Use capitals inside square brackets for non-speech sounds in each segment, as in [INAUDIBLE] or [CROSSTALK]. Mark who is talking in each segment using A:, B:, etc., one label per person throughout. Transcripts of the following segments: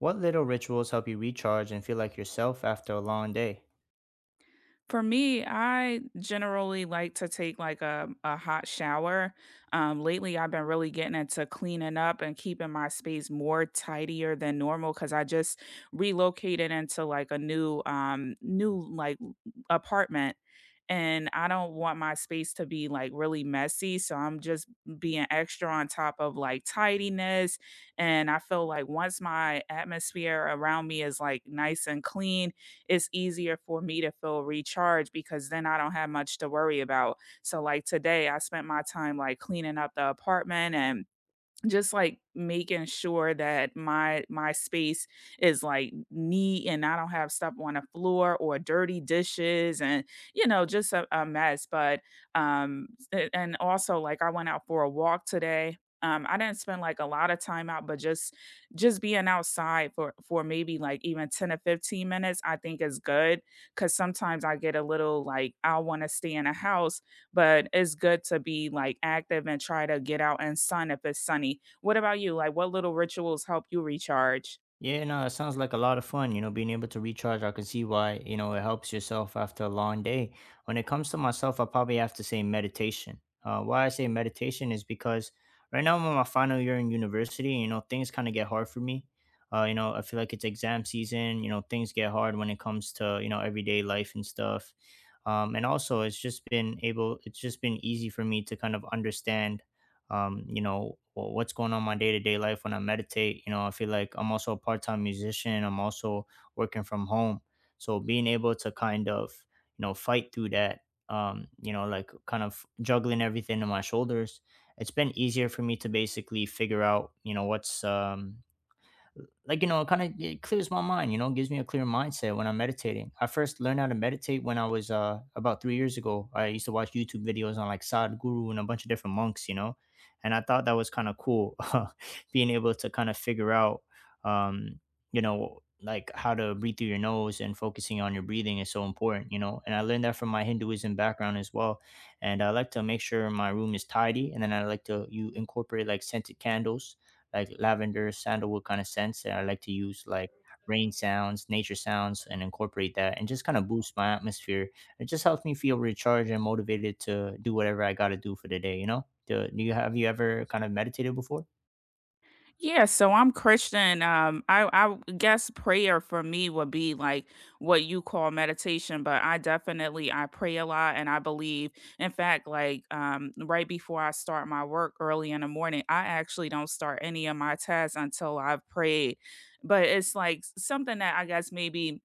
A: What little rituals help you recharge and feel like yourself after a long day?
B: For me, I generally like to take a hot shower. Lately, I've been really getting into cleaning up and keeping my space more tidier than normal because I just relocated into like a new new like apartment. And I don't want my space to be like really messy. So I'm just being extra on top of like tidiness. And I feel like once my atmosphere around me is like nice and clean, it's easier for me to feel recharged because then I don't have much to worry about. So, like today, I spent my time like cleaning up the apartment and just, like, making sure that my space is, like, neat and I don't have stuff on the floor or dirty dishes and just a mess, but, um, a and also, like, I went out for a walk today. I didn't spend, like, a lot of time out, but just being outside for maybe, like, even 10 or 15 minutes, I think is good because sometimes I get a little, like, I wanna stay in a house, but it's good to be like active and try to get out and sun if it's sunny. What about you? Like what little rituals help you recharge?
A: Yeah, no, it sounds like a lot of fun. You know, being able to recharge, I can see why, you know, it helps yourself after a long day. When it comes to myself, I probably have to say meditation. Why I say meditation is because right now I'm in my final year in university. You know, things kind of get hard for me. You know, I feel like it's exam season. You know, things get hard when it comes to, you know, everyday life and stuff. And also, it's just been able, it's just been easy for me to kind of understand you know, what's going on in my day to day life when I meditate. You know, I feel like I'm also a part time musician. I'm also working from home. So being able to kind of, you know, fight through that, you know, like kind of juggling everything on my shoulders, it's been easier for me to basically figure out, you know, what's, like, you know, it kind of it clears my mind, you know, gives me a clear mindset when I'm meditating. I first learned how to meditate when I was about 3 years ago. I used to watch YouTube videos on like Sadhguru and a bunch of different monks, you know, and I thought that was kind of cool, [LAUGHS] being able to kind of figure out, um, you know, like how to breathe through your nose and focusing on your breathing is so important, you know. And I learned that from my Hinduism background as well. And I like to make sure my room is tidy, and then I like to you incorporate like scented candles like lavender, sandalwood kind of scents. And I like to use like rain sounds, nature sounds, and incorporate that and just kind of boost my atmosphere. It just helps me feel recharged and motivated to do whatever I got to do for the day, you know? Do you have you ever kind of meditated before?
B: Yeah, so I'm Christian. I guess prayer for me would be like what you call meditation, but I definitely I pray a lot and I believe. In fact, like right before I start my work early in the morning, I actually don't start any of my tasks until I've prayed. But it's like something that I guess maybe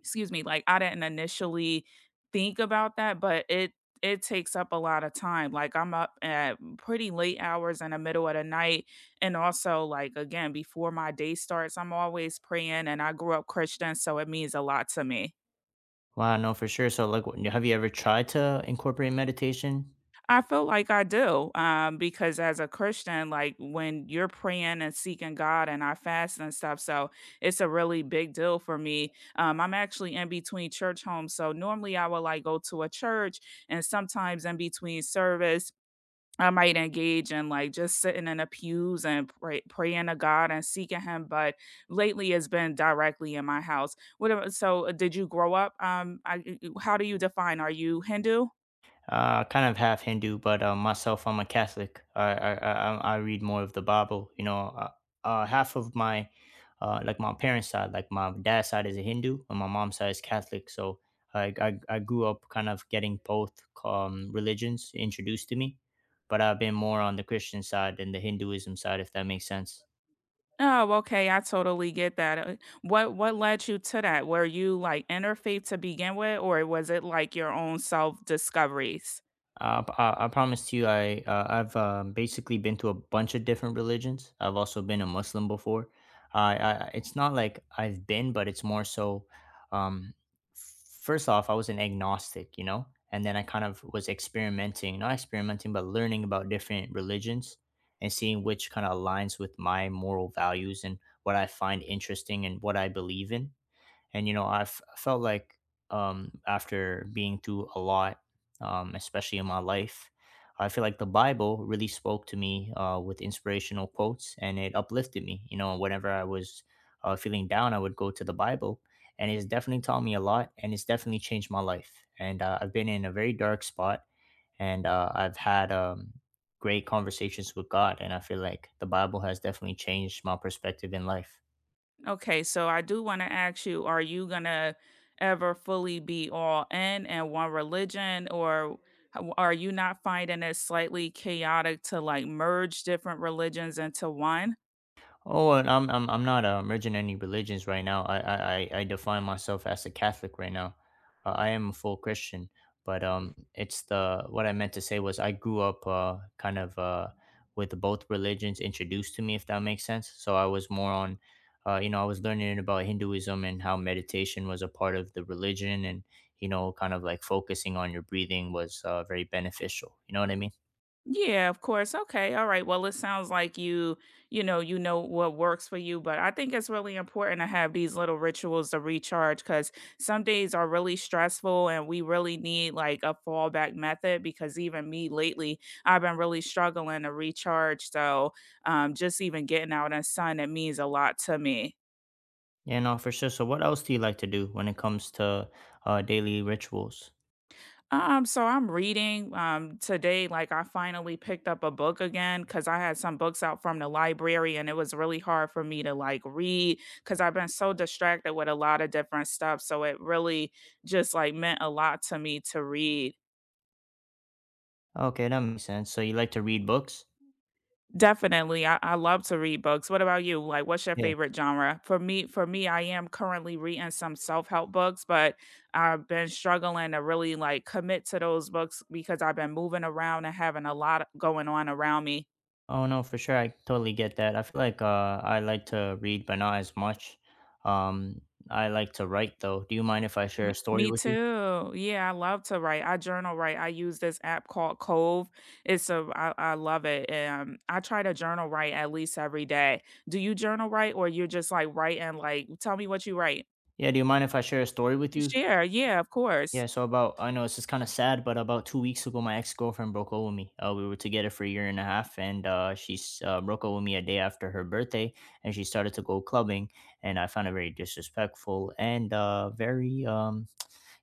B: excuse me, like, I didn't initially think about that, but it takes up a lot of time, like, I'm up at pretty late hours in the middle of the night, and also, like, again, before my day starts, I'm always praying, and I grew up Christian, so it means a lot to me.
A: Wow, no, for sure. So, like, have you ever tried to incorporate meditation?
B: I feel like I do, because as a Christian, like when you're praying and seeking God and I fast and stuff, so it's a really big deal for me. I'm actually in between church homes, so normally I would like go to a church, and sometimes in between service, I might engage in like just sitting in the pews and praying to God and seeking Him. But lately, it's been directly in my house. So, did you grow up? How do you define? Are you Hindu?
A: Kind of half Hindu, but myself, I'm a Catholic. I read more of the Bible. Half of my like my parents' side, like my dad's side is a Hindu, and my mom's side is Catholic. So I grew up kind of getting both religions introduced to me, but I've been more on the Christian side than the Hinduism side, if that makes sense.
B: Oh, okay, I totally get that. What what led you to that? Were you like interfaith to begin with, or was it like your own self discoveries?
A: I promise you, I've basically been to a bunch of different religions. I've also been a Muslim before. I it's not like I've been, but it's more so. Um, First off, I was an agnostic, you know, and then I kind of was experimenting, not experimenting, but learning about different religions and seeing which kind of aligns with my moral values and what I find interesting and what I believe in and I felt like after being through a lot especially in my life, I feel like the Bible really spoke to me with inspirational quotes and it uplifted me, you know, whenever I was feeling down I would go to the Bible, and it's definitely taught me a lot and it's definitely changed my life, and I've been in a very dark spot, and I've had great conversations with God, and I feel like the Bible has definitely changed my perspective in life.
B: Okay, so I do want to ask you: are you gonna ever fully be all in one religion, or are you not finding it slightly chaotic to like merge different religions into one?
A: And I'm not merging any religions right now. I define myself as a Catholic right now. I am a full Christian, but it's the what I meant to say was I grew up kind of with both religions introduced to me, if that makes sense. So I was more on, you know, I was learning about Hinduism and how meditation was a part of the religion, and you know, kind of like focusing on your breathing was very beneficial. You know what I mean?
B: Yeah, of course. Okay. All right. Well, it sounds like you, you know what works for you, but I think it's really important to have these little rituals to recharge cuz some days are really stressful and we really need like a fallback method because even me lately, I've been really struggling to recharge. So, just even getting out in the sun it means a lot to me.
A: Yeah, no, for sure. So, what else do you like to do when it comes to daily rituals?
B: So I'm reading. Today, like I finally picked up a book again because I had some books out from the library and it was really hard for me to like read because I've been so distracted with a lot of different stuff. So it really just like meant a lot to me to read.
A: Okay, that makes sense. So, you like to read books?
B: Definitely. I love to read books. What about you? Like, what's your
A: Yeah.
B: favorite genre? For me, I am currently reading some self-help books, but I've been struggling to really like commit to those books because I've been moving around and having a lot going on around me.
A: Oh, no, for sure. I totally get that. I feel like I like to read, but not as much. Um, I like to write, though. Do you mind if I share
B: Me
A: a story
B: me
A: with you?
B: too. Yeah, I love to write. I journal write. I use this app called Cove. I love it. I try to journal write at least every day. Do you journal write or you're just like writing like tell me what you write?
A: Yeah, do you mind if I share a story with you?
B: Share, yeah, of course.
A: Yeah, so about I know it's just kind of sad, but about 2 weeks ago, my ex girlfriend broke up with me. We were together for a year and a half, and broke up with me a day after her birthday, and she started to go clubbing, and I found it very disrespectful and very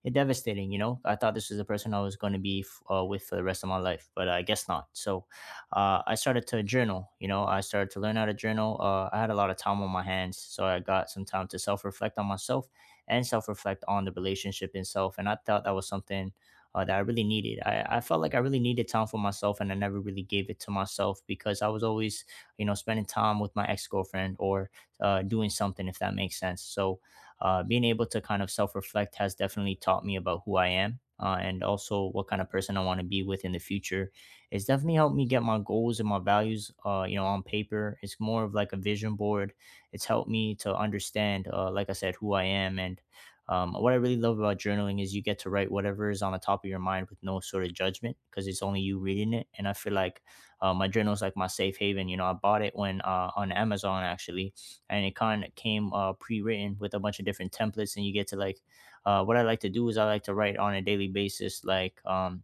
A: it devastating. You know, I thought this was the person I was going to be with for the rest of my life, but I guess not. So I started to journal. You know, I started to learn how to journal. I had a lot of time on my hands, so I got some time to self reflect on myself and self reflect on the relationship itself. And I thought that was something that I really needed. I felt like I really needed time for myself, and I never really gave it to myself because I was always, you know, spending time with my ex girlfriend or doing something, if that makes sense. So being able to kind of self reflect has definitely taught me about who I am and also what kind of person I want to be with in the future. It's definitely helped me get my goals and my values, you know, on paper. It's more of like a vision board. It's helped me to understand, like I said, who I am and what I really love about journaling is you get to write whatever is on the top of your mind with no sort of judgment because it's only you reading it. And I feel like my journal is like my safe haven. You know, I bought it when on Amazon actually, and it kind of came pre-written with a bunch of different templates and you get to like what I like to do is I like to write on a daily basis like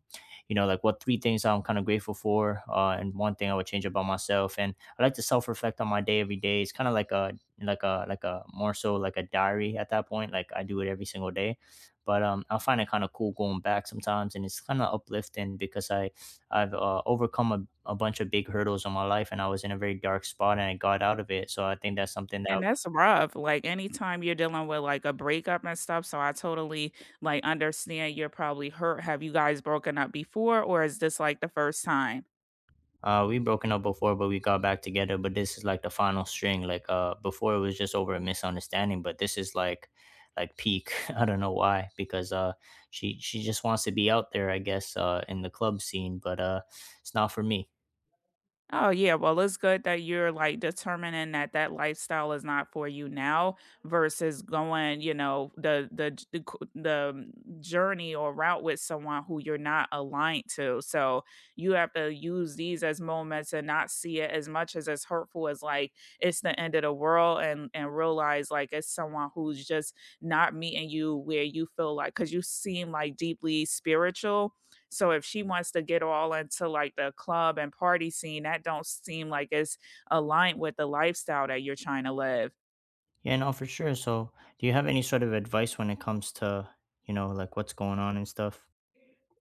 A: you know like what three things I'm kind of grateful for and one thing I would change about myself, and I like to self-reflect on my day every day. It's kind of like a more so like a diary at that point. Like, I do it every single day, but I find it kind of cool going back sometimes, and it's kind of uplifting because I've overcome a bunch of big hurdles in my life, and I was in a very dark spot, and I got out of it. So I think that's something that
B: And that's rough. Like anytime you're dealing with like a breakup and stuff. So I totally like understand you're probably hurt. Have you guys broken up before or is this like the first time?
A: we broken up before, but we got back together. But this is like the final string. Like before, it was just over a misunderstanding, but this is like peak. [LAUGHS] I don't know why, because she just wants to be out there, I guess, in the club scene, but it's not for me.
B: Oh, yeah. Well, it's good that you're like determining that that lifestyle is not for you now versus going, you know, the j- the, c- the journey or route with someone who you're not aligned to. So you have to use these as moments and not see it as much as hurtful as like it's the end of the world and realize like it's someone who's just not meeting you where you feel like because you seem like deeply spiritual so if she wants to get all into like the club and party scene, that don't seem like it's aligned with the lifestyle that you're trying to live.
A: Yeah, no, for sure. So, do you have any sort of advice when it comes to you know like what's going on and stuff?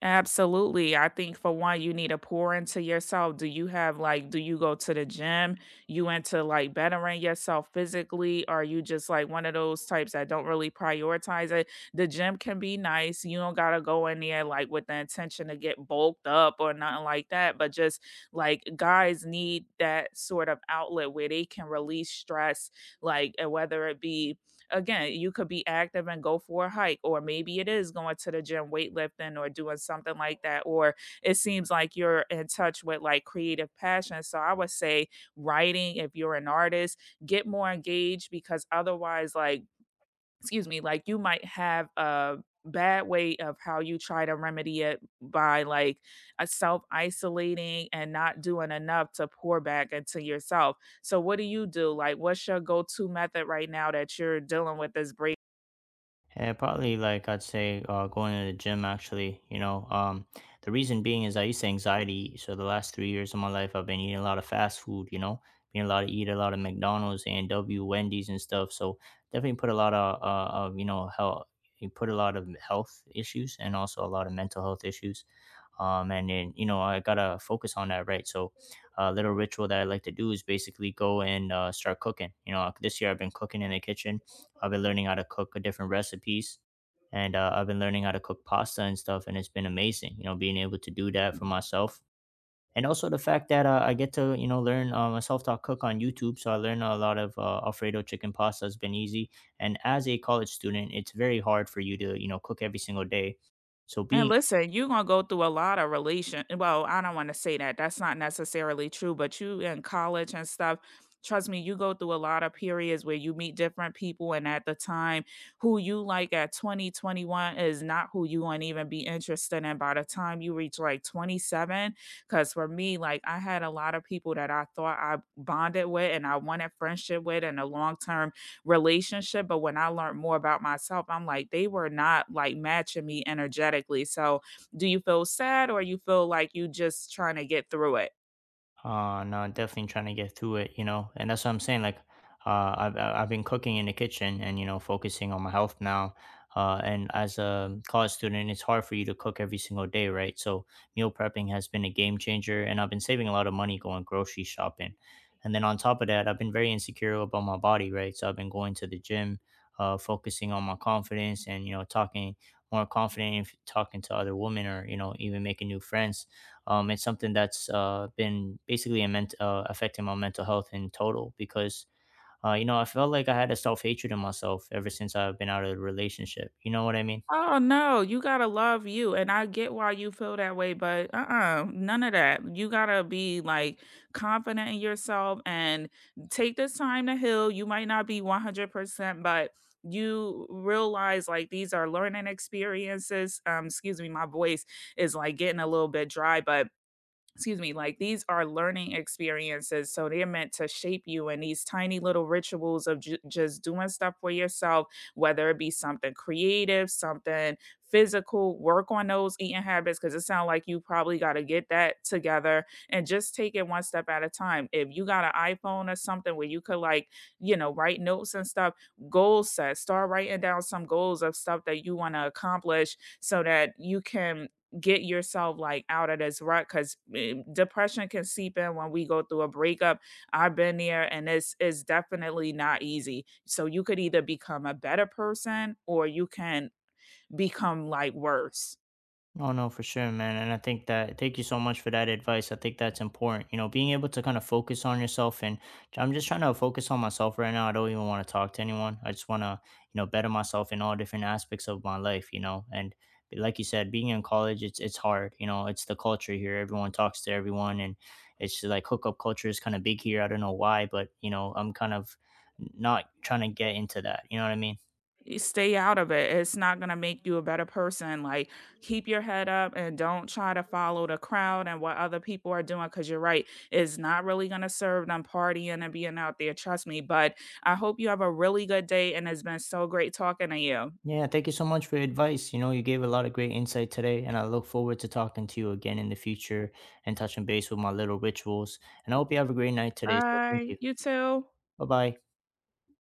B: Absolutely. I think for one, you need to pour into yourself. Do you have like, do you go to the gym? You into like bettering yourself physically? Or are you just like one of those types that don't really prioritize it? The gym can be nice. You don't gotta go in there like with the intention to get bulked up or nothing like that. But just like guys need that sort of outlet where they can release stress, like and whether it be again, you could be active and go for a hike, or maybe it is going to the gym weightlifting or doing something like that. Or it seems like you're in touch with like creative passion. So I would say writing, if you're an artist, get more engaged because otherwise, like excuse me, like you might have a bad way of how you try to remedy it by like a self isolating and not doing enough to pour back into yourself. So what do you do? Like what's your go-to method right now that you're dealing with this break?
A: Yeah, probably like I'd say going to the gym actually, you know, the reason being is I used to anxiety. So the last 3 years of my life, I've been eating a lot of fast food, you know, being a lot to eat a lot of McDonald's, A and W, Wendy's and stuff. So definitely put a lot of, you know, health, you put a lot of health issues and also a lot of mental health issues, and then you know I gotta focus on that, right? So, a little ritual that I like to do is basically go and start cooking. You know, like, this year I've been cooking in the kitchen. I've been learning how to cook a different recipes, and I've been learning how to cook pasta and stuff, and it's been amazing. You know, being able to do that for myself, and also the fact that I get to you know learn a self-taught cook on YouTube. So I learn a lot of Alfredo chicken pasta has been easy, and as a college student, it's very hard for you to you know cook every single day. So
B: And
A: being
B: listen, you're gonna go through a lot of relation. Well, I don't want to say that. That's not necessarily true, but you in college and stuff, trust me, you go through a lot of periods where you meet different people, and at the time, who you like at 20 21 is not who you want to even be interested in by the time you reach like 27. Because for me, like I had a lot of people that I thought I bonded with and I wanted friendship with and a long term relationship, but when I learned more about myself, I'm like, they were not like matching me energetically. So, do you feel sad or you feel like you just trying to get through it?
A: No, definitely trying to get through it, you know, and that's what I'm saying. Like, I've been cooking in the kitchen and you know focusing on my health now. And as a college student, it's hard for you to cook every single day, right? So meal prepping has been a game changer, and I've been saving a lot of money going grocery shopping. And then on top of that, I've been very insecure about my body, right? So I've been going to the gym, focusing on my confidence and you know talking more confident, talking to other women or you know even making new friends, it's something that's been basically affecting my mental health in total because, you know, I felt like I had a self hatred in myself ever since I've been out of the relationship. You know what I mean?
B: Oh no, you gotta love you. And I get why you feel that way, but uh-uh, none of that. You gotta be like confident in yourself and take this time to heal. You might not be 100%, but you realize like these are learning experiences. Excuse me, my voice is like getting a little bit dry, but excuse me, like these are learning experiences. So they're meant to shape you in these tiny little rituals of just doing stuff for yourself, whether it be something creative, something physical, work on those eating habits. Cause it sounds like you probably got to get that together and just take it one step at a time. If you got an iPhone or something where you could like, you know, write notes and stuff, goal set, start writing down some goals of stuff that you want to accomplish so that you can get yourself like out of this rut because depression can seep in when we go through a breakup. I've been there and it's definitely not easy. So you could either become a better person or you can become like worse.
A: Oh no, for sure, man. And I think that thank you so much for that advice. I think that's important. You know, being able to kind of focus on yourself and I'm just trying to focus on myself right now. I don't even want to talk to anyone. I just want to, you know, better myself in all different aspects of my life, you know. And like you said, being in college, it's hard. You know, it's the culture here. Everyone talks to everyone, and it's just like hookup culture is kind of big here. I don't know why, but you know, I'm kind of not trying to get into that. You know what I mean?
B: Stay out of it. It's not gonna make you a better person. Like keep your head up and don't try to follow the crowd and what other people are doing because you're right. It's not really gonna serve them partying and being out there, trust me. But I hope you have a really good day and it's been so great talking to you.
A: Yeah, thank you so much for your advice. You know, you gave a lot of great insight today, and I look forward to talking to you again in the future and touching base with my little rituals. And I hope you have a great night today. So thank
B: Bye.
A: you.
B: You too.
A: Bye bye.